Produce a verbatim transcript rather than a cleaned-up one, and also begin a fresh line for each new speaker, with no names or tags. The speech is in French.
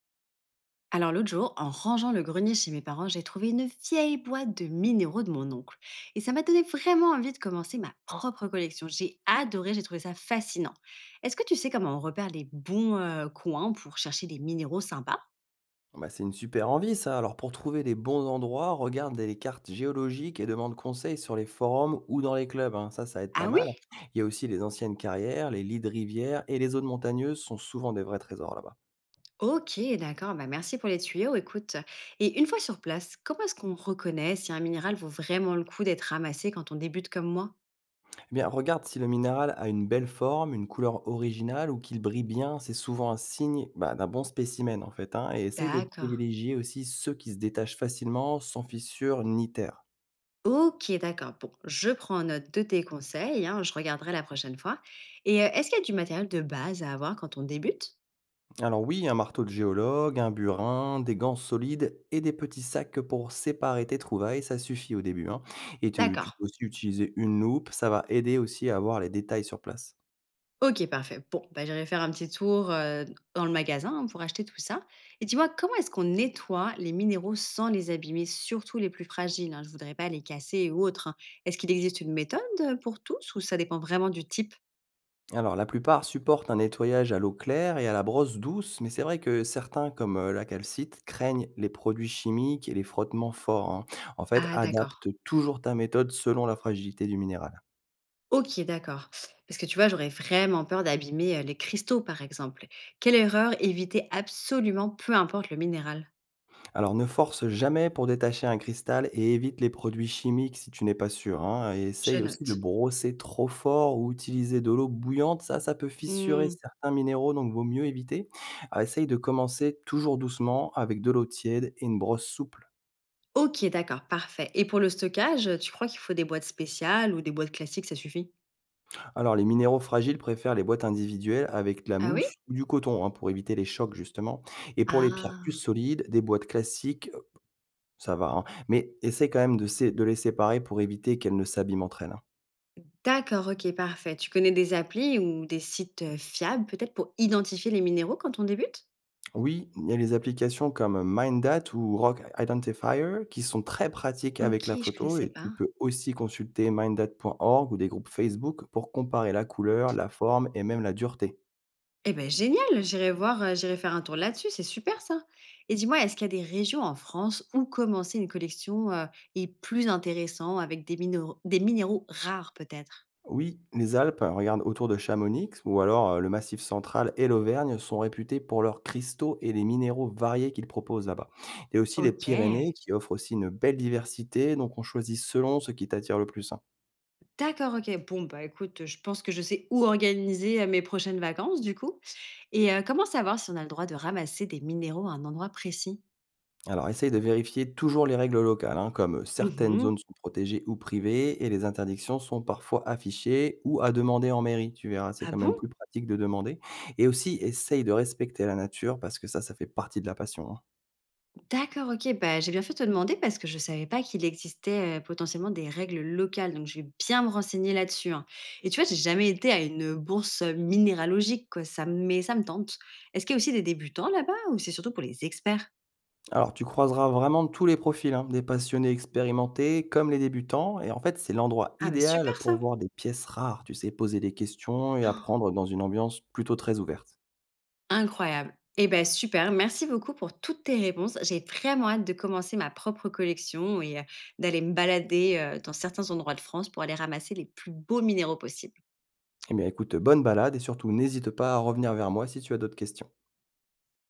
Alors l'autre jour, en rangeant le grenier chez mes parents, j'ai trouvé une vieille boîte de minéraux de mon oncle. Et ça m'a donné vraiment envie de commencer ma propre collection. J'ai adoré, j'ai trouvé ça fascinant. Est-ce que tu sais comment on repère les bons euh, coins pour chercher des minéraux sympas?
Ah bah, c'est une super envie ça. Alors pour trouver les bons endroits, regarde les cartes géologiques et demande conseil sur les forums ou dans les clubs, hein. Ça, ça aide
Ah
pas mal.
oui.
Il y a aussi les anciennes carrières, les lits de rivière et les zones montagneuses sont souvent des vrais trésors là-bas.
Ok, d'accord, bah merci pour les tuyaux, écoute. Et une fois sur place, comment est-ce qu'on reconnaît si un minéral vaut vraiment le coup d'être ramassé quand on débute comme moi?
Eh bien, regarde si le minéral a une belle forme, une couleur originale ou qu'il brille bien. C'est souvent un signe bah, d'un bon spécimen en fait, hein. Et essaye de
D'accord.
privilégier aussi ceux qui se détachent facilement, sans fissures ni terre.
OK, d'accord. Bon, je prends note de tes conseils, hein, je regarderai la prochaine fois. Et euh, est-ce qu'il y a du matériel de base à avoir quand on débute?
Alors oui, un marteau de géologue, un burin, des gants solides et des petits sacs pour séparer tes trouvailles, ça suffit au début, hein. Et te- tu
D'accord.
peux aussi utiliser une loupe, ça va aider aussi à voir les détails sur place.
Ok, parfait. Bon, bah, j'irai faire un petit tour euh, dans le magasin hein, pour acheter tout ça. Et dis-moi, comment est-ce qu'on nettoie les minéraux sans les abîmer, surtout les plus fragiles hein, je voudrais pas les casser ou autres, hein. Est-ce qu'il existe une méthode pour tous ou ça dépend vraiment du type?
Alors la plupart supportent un nettoyage à l'eau claire et à la brosse douce, mais c'est vrai que certains, comme euh, la calcite, craignent les produits chimiques et les frottements forts, hein. En fait,
Ah, d'accord.
adapte toujours ta méthode selon la fragilité du minéral.
OK, d'accord. Parce que tu vois, j'aurais vraiment peur d'abîmer, heu, les cristaux, par exemple. Quelle erreur éviter absolument, peu importe le minéral?
Alors ne force jamais pour détacher un cristal et évite les produits chimiques si tu n'es pas sûr, hein, et
Je
essaye aussi de
note.
brosser trop fort ou utiliser de l'eau bouillante. Ça, ça peut fissurer
Mmh.
certains minéraux, donc vaut mieux éviter. Ah, essaye de commencer toujours doucement avec de l'eau tiède et une brosse souple.
OK, d'accord, parfait. Et pour le stockage, tu crois qu'il faut des boîtes spéciales ou des boîtes classiques, ça suffit?
Alors les minéraux fragiles préfèrent les boîtes individuelles avec de la
Ah oui?
mousse ou du coton, hein, pour éviter les chocs justement. Et pour les pierres plus
Ah!
solides, des boîtes classiques, ça va, hein, mais essaye quand même de, sé- de les séparer pour éviter qu'elles ne s'abîment entre elles, hein.
D'accord, OK, parfait. Tu connais des applis ou des sites, heu, fiables peut-être pour identifier les minéraux quand on débute?
Oui, il y a les applications comme MindDat ou Rock Identifier qui sont très pratiques avec
OK,
la
je
photo
connaissais
et
pas.
tu peux aussi consulter mindat dot org ou des groupes Facebook pour comparer la couleur, la forme et même la dureté.
Eh ben génial! J'irai voir, heu, j'irai faire un tour là-dessus, c'est super ça! Et dis-moi, est-ce qu'il y a des régions en France où commencer une collection, heu, est plus intéressant avec des minéraux des minéraux rares peut-être?
Oui, les Alpes, euh, regarde autour de Chamonix ou alors euh, le Massif central et l'Auvergne sont réputés pour leurs cristaux et les minéraux variés qu'ils proposent là-bas. Il y a aussi les Pyrénées
OK.
qui offrent aussi une belle diversité, donc on choisit selon ce qui t'attire le plus, hein.
D'accord, OK. Bon, bah, écoute, je pense que je sais où organiser, heu, mes prochaines vacances du coup. Et heu, comment savoir si on a le droit de ramasser des minéraux à un endroit précis?
Alors, essaye de vérifier toujours les règles locales, hein, comme euh, certaines
Mmh.
zones sont protégées ou privées, et les interdictions sont parfois affichées ou à demander en mairie. Tu verras, c'est
Ah
quand même
bon?
plus pratique de demander. Et aussi, essaye de respecter la nature, parce que ça, ça fait partie de la passion, hein.
D'accord, OK. Bah, j'ai bien fait de te demander parce que je ne savais pas qu'il existait, heu, potentiellement des règles locales, donc je vais bien me renseigner là-dessus, hein. Et tu vois, j'ai jamais été à une bourse minéralogique quoi, ça me mais ça me tente. Est-ce qu'il y a aussi des débutants là-bas ou c'est surtout pour les experts?
Alors, tu croiseras vraiment tous les profils, hein, des passionnés expérimentés comme les débutants, et en fait, c'est l'endroit
Ah bah, super
idéal pour
ça!
voir des pièces rares, tu sais, poser des questions et apprendre dans une ambiance plutôt très ouverte.
Incroyable. Et ben super, merci beaucoup pour toutes tes réponses. J'ai vraiment hâte de commencer ma propre collection et heu, d'aller me balader, heu, dans certains endroits de France pour aller ramasser les plus beaux minéraux possibles.
Eh bien, écoute, bonne balade, et surtout, n'hésite pas à revenir vers moi si tu as d'autres questions.